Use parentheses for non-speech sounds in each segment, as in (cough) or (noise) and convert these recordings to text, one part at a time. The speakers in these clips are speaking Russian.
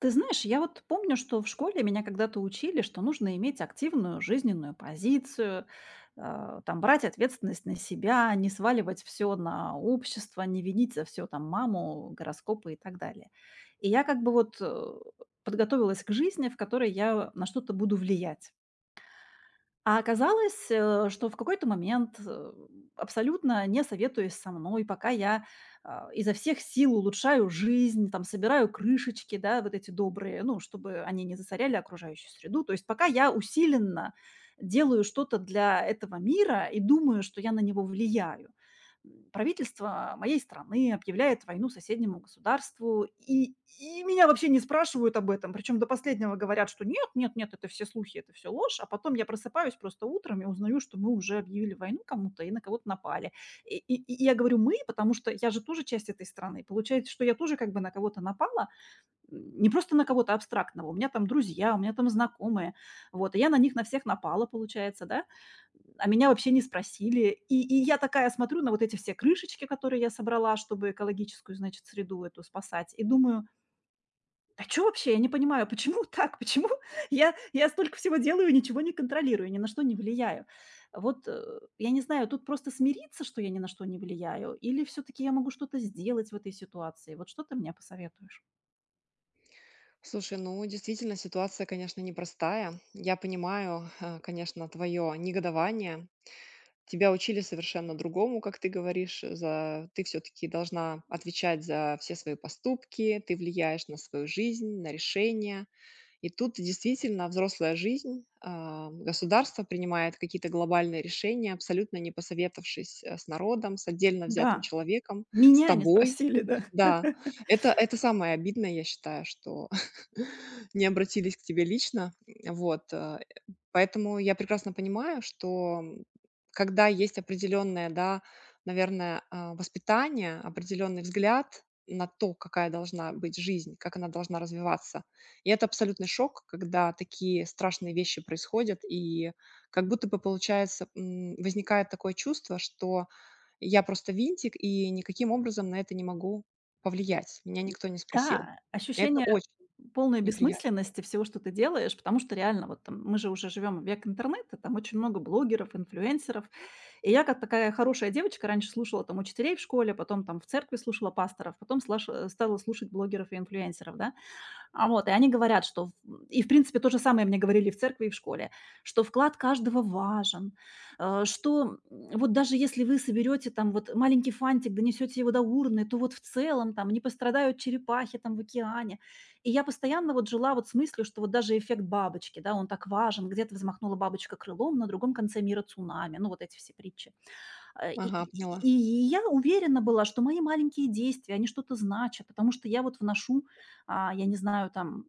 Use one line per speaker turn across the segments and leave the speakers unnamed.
Ты знаешь, я вот помню, что в школе меня когда-то учили, что нужно иметь активную жизненную позицию, там брать ответственность на себя, не сваливать все на общество, не винить за все там маму, гороскопы и так далее. И я как бы подготовилась к жизни, в которой я на что-то буду влиять. А оказалось, что в какой-то момент, абсолютно не советуясь со мной, пока я, изо всех сил улучшаю жизнь, там собираю крышечки, да, вот эти добрые, ну, чтобы они не засоряли окружающую среду. То есть пока я усиленно делаю что-то для этого мира и думаю, что я на него влияю, правительство моей страны объявляет войну соседнему государству, и меня вообще не спрашивают об этом. Причем до последнего говорят, что нет, нет, нет, это все слухи, это все ложь. А потом я просыпаюсь просто утром и узнаю, что мы уже объявили войну кому-то и на кого-то напали. И я говорю мы, потому что я же тоже часть этой страны. Получается, что я тоже как бы на кого-то напала, не просто на кого-то абстрактного. У меня там друзья, у меня там знакомые. Вот, и я на них на всех напала, получается, да. А меня вообще не спросили. И я такая смотрю на вот эти все крышечки, которые я собрала, чтобы экологическую, значит, среду эту спасать, и думаю, да что вообще, я не понимаю, почему так, почему (laughs) я столько всего делаю и ничего не контролирую, ни на что не влияю. Вот э, я не знаю, тут просто смириться, что я ни на что не влияю, или все-таки я могу что-то сделать в этой ситуации. Вот что ты мне посоветуешь?
Слушай, ну действительно ситуация, конечно, непростая. Я понимаю, конечно, твое негодование. Тебя учили совершенно другому, как ты говоришь, за ты все-таки должна отвечать за все свои поступки, ты влияешь на свою жизнь, на решения. И тут действительно взрослая жизнь, государство принимает какие-то глобальные решения, абсолютно не посоветовавшись с народом, с отдельно взятым
Да.
человеком, с
Меня не
тобой.
спросили, да.
Да,
(laughs)
это самое обидное, я считаю, что (laughs) не обратились к тебе лично. Вот, поэтому я прекрасно понимаю, что, когда есть определенное, да, наверное, воспитание, определенный взгляд на то, какая должна быть жизнь, как она должна развиваться. И это абсолютный шок, когда такие страшные вещи происходят, и как будто бы получается, возникает такое чувство, что я просто винтик, и никаким образом на это не могу повлиять. Меня никто не спросил.
Да,
Это
ощущение
очень
полной
неприятно.
бессмысленности всего, что ты делаешь, потому что реально вот там мы же уже живем в век интернета, там очень много блогеров, инфлюенсеров. И я как такая хорошая девочка раньше слушала там учителей в школе, потом там в церкви слушала пасторов, потом стала слушать блогеров и инфлюенсеров, да. А вот, и они говорят, что и, в принципе, то же самое мне говорили и в церкви, и в школе, что вклад каждого важен, э, что, вот даже если вы соберете там вот маленький фантик, донесете его до урны, то вот в целом там не пострадают черепахи там в океане. И я постоянно вот жила вот с мыслью, что вот даже эффект бабочки, да, он так важен. Где-то взмахнула бабочка крылом, на другом конце мира цунами. Ну, вот эти все притчи. Э, и
Ага,
и и
поняла.
я уверена была, что мои маленькие действия, они что-то значат, потому что я вот вношу, я не знаю, там,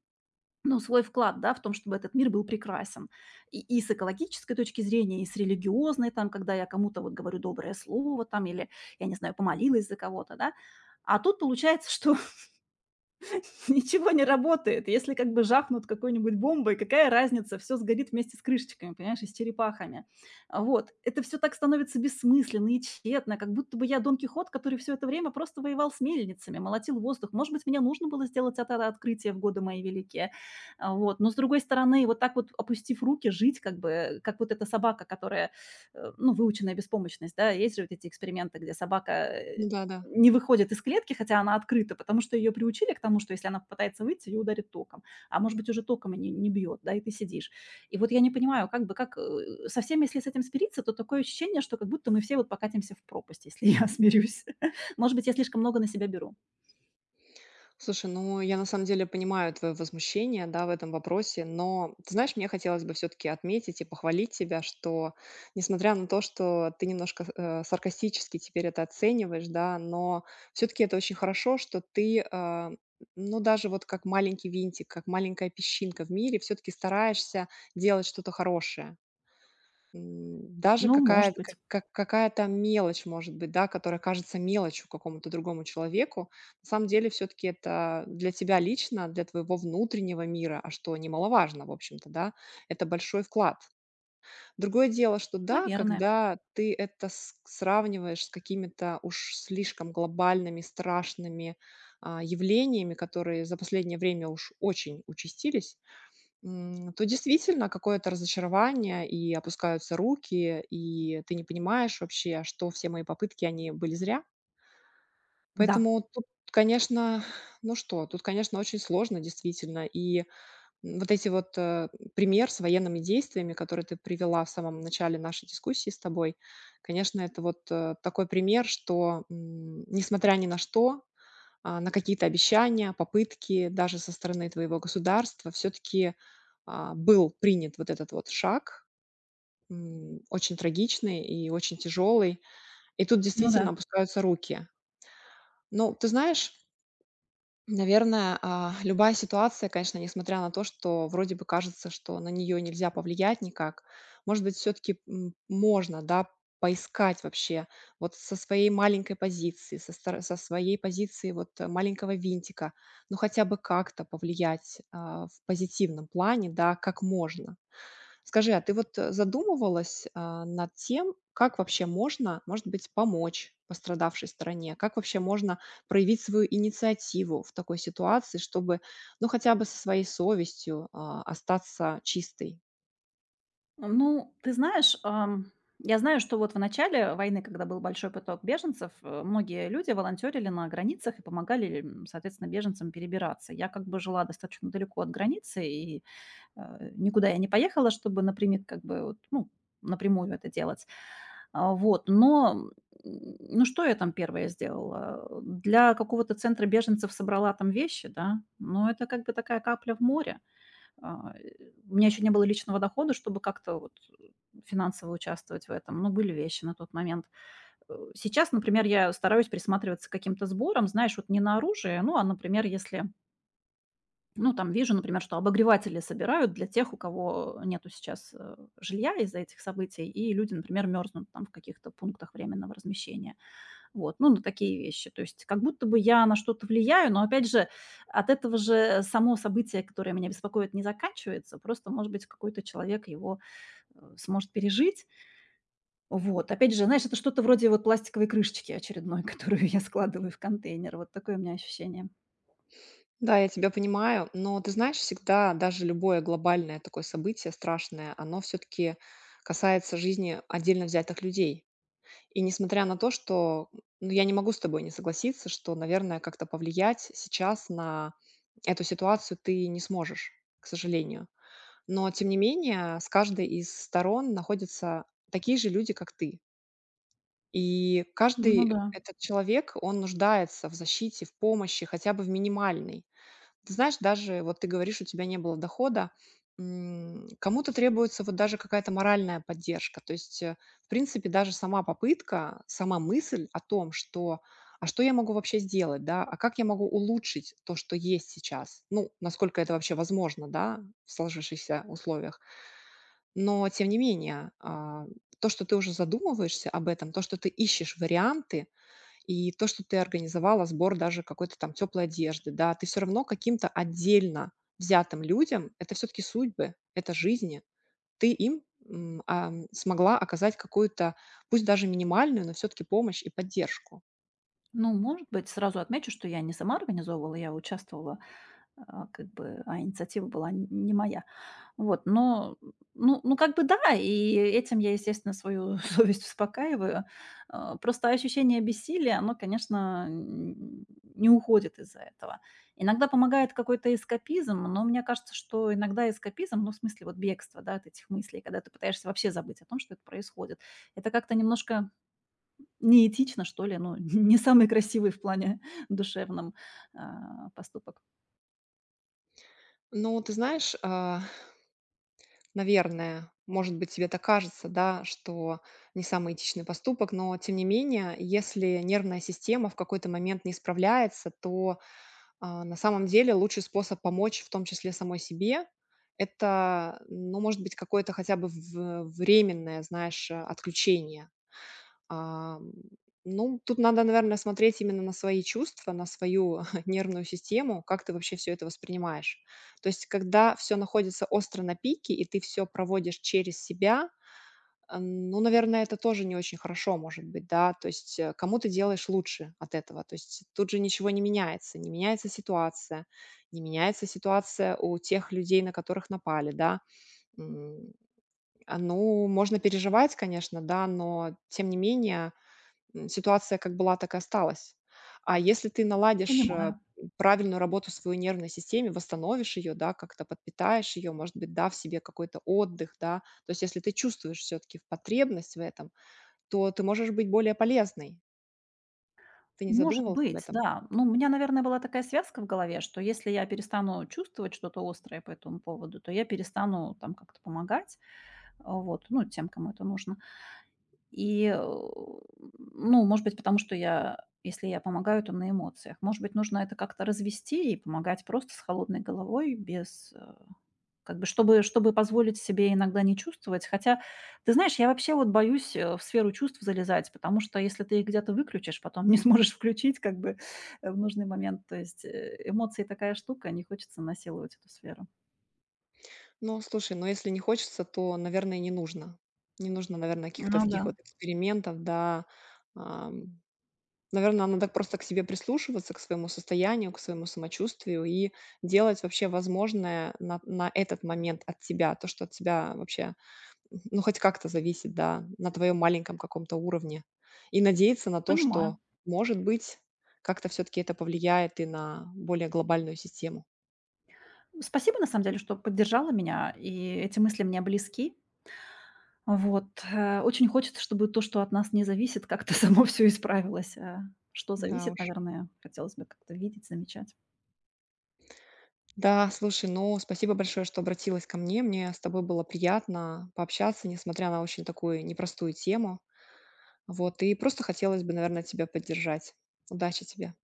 ну, свой вклад, да, в том, чтобы этот мир был прекрасен. И с экологической точки зрения, и с религиозной, там, когда я кому-то вот говорю доброе слово, там, или, я не знаю, помолилась за кого-то, да. А тут получается, что (laughs) ничего не работает. Если как бы жахнут какой-нибудь бомбой, какая разница, все сгорит вместе с крышечками, понимаешь, и с черепахами. А, вот. Это все так становится бессмысленно и тщетно, как будто бы я Дон Кихот, который все это время просто воевал с мельницами, молотил воздух. Может быть, мне нужно было сделать это открытие в годы мои великие. А, вот. Но, с другой стороны, вот так вот, опустив руки, жить как бы, как вот эта собака, которая, ну, выученная беспомощность, да. Есть же вот эти эксперименты, где собака,
Ну да-да.
не выходит из клетки, хотя она открыта, потому что ее приучили к тому, что если она попытается выйти, ее ударит током. А может быть, уже током и не бьет, да, и ты сидишь. И вот я не понимаю, как бы, как со всеми, если с этим смириться, то такое ощущение, что как будто мы все вот покатимся в пропасть, если я (laughs) смирюсь. Может быть, я слишком много на себя беру.
Слушай, ну я на самом деле понимаю твое возмущение, да, в этом вопросе, но ты знаешь, мне хотелось бы все-таки отметить и похвалить тебя, что несмотря на то, что ты немножко саркастически теперь это оцениваешь, да, но все-таки это очень хорошо, что ты, ну даже вот как маленький винтик, как маленькая песчинка в мире, все-таки стараешься делать что-то хорошее. Даже
Ну, может
какая-то ка
быть.
ка какая-то мелочь, может быть, да, которая кажется мелочью какому-то другому человеку. На самом деле все таки это для тебя лично, для твоего внутреннего мира, а что немаловажно, в общем-то, да, это большой вклад. Другое дело, что да,
Наверное.
когда ты это с сравниваешь с какими-то уж слишком глобальными, страшными, явлениями, которые за последнее время уж очень участились. То действительно какое-то разочарование, и опускаются руки, и ты не понимаешь вообще, а что все мои попытки, они были зря.
Да.
Поэтому тут, конечно, ну что, тут, конечно, очень сложно действительно. И вот эти вот, пример с военными действиями, который ты привела в самом начале нашей дискуссии с тобой, конечно, это вот, такой пример, что несмотря ни на что, на какие-то обещания, попытки даже со стороны твоего государства все-таки, был принят вот этот вот шаг, очень трагичный и очень тяжелый. И тут
Ну да.
действительно опускаются руки. Ну, ты знаешь, наверное, любая ситуация, конечно, несмотря на то, что вроде бы кажется, что на нее нельзя повлиять никак, может быть, все-таки можно, да, поискать вообще вот со своей маленькой позиции, со своей позиции вот, маленького винтика, ну хотя бы как-то повлиять, в позитивном плане, да, как можно. Скажи, а ты вот, задумывалась, над тем, как вообще можно, может быть, помочь пострадавшей стороне? Как вообще можно проявить свою инициативу в такой ситуации, чтобы, ну, хотя бы со своей совестью, остаться чистой?
Ну, ты знаешь, я знаю, что вот в начале войны, когда был большой поток беженцев, многие люди волонтерили на границах и помогали, соответственно, беженцам перебираться. Я как бы жила достаточно далеко от границы, и никуда я не поехала, чтобы напрямик как бы, вот, ну, напрямую это делать. А, вот, но, ну, что я там первое сделала? Для какого-то центра беженцев собрала там вещи, да, но это как бы такая капля в море. У меня еще не было личного дохода, чтобы как-то вот финансово участвовать в этом. Ну, были вещи на тот момент. Сейчас, например, я стараюсь присматриваться к каким-то сборам, знаешь, вот не на оружие, ну, а, например, если, ну, там вижу, например, что обогреватели собирают для тех, у кого нету сейчас жилья из-за этих событий, и люди, например, мерзнут там в каких-то пунктах временного размещения. Вот, ну, на такие вещи. То есть как будто бы я на что-то влияю, но, опять же, от этого же само событие, которое меня беспокоит, не заканчивается. Просто, может быть, какой-то человек его сможет пережить. Вот, опять же, знаешь, это что-то вроде вот пластиковой крышечки очередной, (laughs) которую я складываю в контейнер. Вот такое у меня ощущение.
Да, я тебя понимаю, но ты знаешь, всегда даже любое глобальное такое событие страшное, оно все-таки касается жизни отдельно взятых людей. И несмотря на то, что, ну, я не могу с тобой не согласиться, что, наверное, как-то повлиять сейчас на эту ситуацию ты не сможешь, к сожалению. Но тем не менее, с каждой из сторон находятся такие же люди, как ты. И
Ну
каждый
да.
этот человек, он нуждается в защите, в помощи, хотя бы в минимальной. Ты знаешь, даже вот ты говоришь, у тебя не было дохода, кому-то требуется вот даже какая-то моральная поддержка. То есть, в принципе, даже сама попытка, сама мысль о том, что а что я могу вообще сделать, да, а как я могу улучшить то, что есть сейчас, ну, насколько это вообще возможно, да, в сложившихся условиях. Но, тем не менее, то, что ты уже задумываешься об этом, то, что ты ищешь варианты, и то, что ты организовала сбор даже какой-то там теплой одежды, да, ты все равно каким-то отдельно взятым людям это все таки судьбы, это жизни. Ты им, смогла оказать какую-то, пусть даже минимальную, но все таки помощь и поддержку.
Ну, может быть, сразу отмечу, что я не сама организовывала, я участвовала, как бы, инициатива была не моя. Вот, но, ну, как бы да, и этим я, естественно, свою (laughs) совесть успокаиваю. А, просто ощущение бессилия, оно, конечно, не уходит из-за этого. Иногда помогает какой-то эскапизм, но мне кажется, что иногда эскапизм, ну, в смысле, вот бегство, да, от этих мыслей, когда ты пытаешься вообще забыть о том, что это происходит, это как-то немножко неэтично, что ли, ну, (laughs) не самый красивый в плане (laughs) душевном поступок.
Но ты знаешь, наверное, может быть, тебе так кажется, да, что не самый этичный поступок, но тем не менее, если нервная система в какой-то момент не справляется, то на самом деле лучший способ помочь, в том числе самой себе, это, ну, может быть, какое-то хотя бы в временное, знаешь, отключение. Ам, ну, тут надо, наверное, смотреть именно на свои чувства, на свою (laughs) нервную систему, как ты вообще все это воспринимаешь. То есть, когда все находится остро на пике, и ты все проводишь через себя, ну, наверное, это тоже не очень хорошо, может быть, да. То есть, кому ты делаешь лучше от этого? То есть тут же ничего не меняется. Не меняется ситуация, не меняется ситуация у тех людей, на которых напали, да. М, ну, можно переживать, конечно, да, но тем не менее ситуация как была, так и осталась. А если ты наладишь,
Понимаю.
правильную работу в своей нервной системе, восстановишь ее, да, как-то подпитаешь ее, может быть, дав себе какой-то отдых, да. То есть если ты чувствуешь все-таки потребность в этом, то ты можешь быть более полезной. Ты не
Может
задумывался об
быть,
этом?
да. Ну, у меня, наверное, была такая связка в голове, что если я перестану чувствовать что-то острое по этому поводу, то я перестану там как-то помогать, вот, ну, тем, кому это нужно. И ну, может быть, потому что я, если я помогаю, то на эмоциях. Может быть, нужно это как-то развести и помогать просто с холодной головой, без. Как бы чтобы позволить себе иногда не чувствовать. Хотя, ты знаешь, я вообще вот боюсь в сферу чувств залезать, потому что если ты их где-то выключишь, потом (laughs) не сможешь включить как бы, в нужный момент. То есть, эмоции такая штука, не хочется насиловать эту сферу.
Ну, слушай, но если не хочется, то, наверное, не нужно. Не нужно, наверное, каких-то
Ну да,
таких вот экспериментов, да. Наверно, надо просто к себе прислушиваться, к своему состоянию, к своему самочувствию и делать вообще возможное на этот момент от тебя. То, что от тебя вообще, ну, хоть как-то зависит, да, на твоем маленьком каком-то уровне. И надеяться на то,
понимаю.
что, может быть, как-то все таки это повлияет и на более глобальную систему.
Спасибо, на самом деле, что поддержала меня, и эти мысли мне близки. Очень хочется, чтобы то, что от нас не зависит, как-то (laughs) само все исправилось. А что
Да
зависит,
уж.
наверное, хотелось бы как-то видеть, замечать.
Да, слушай, ну, спасибо большое, что обратилась ко мне. Мне с тобой было приятно пообщаться, несмотря на очень такую непростую тему. Вот, и просто хотелось бы, наверное, тебя поддержать. Удачи тебе.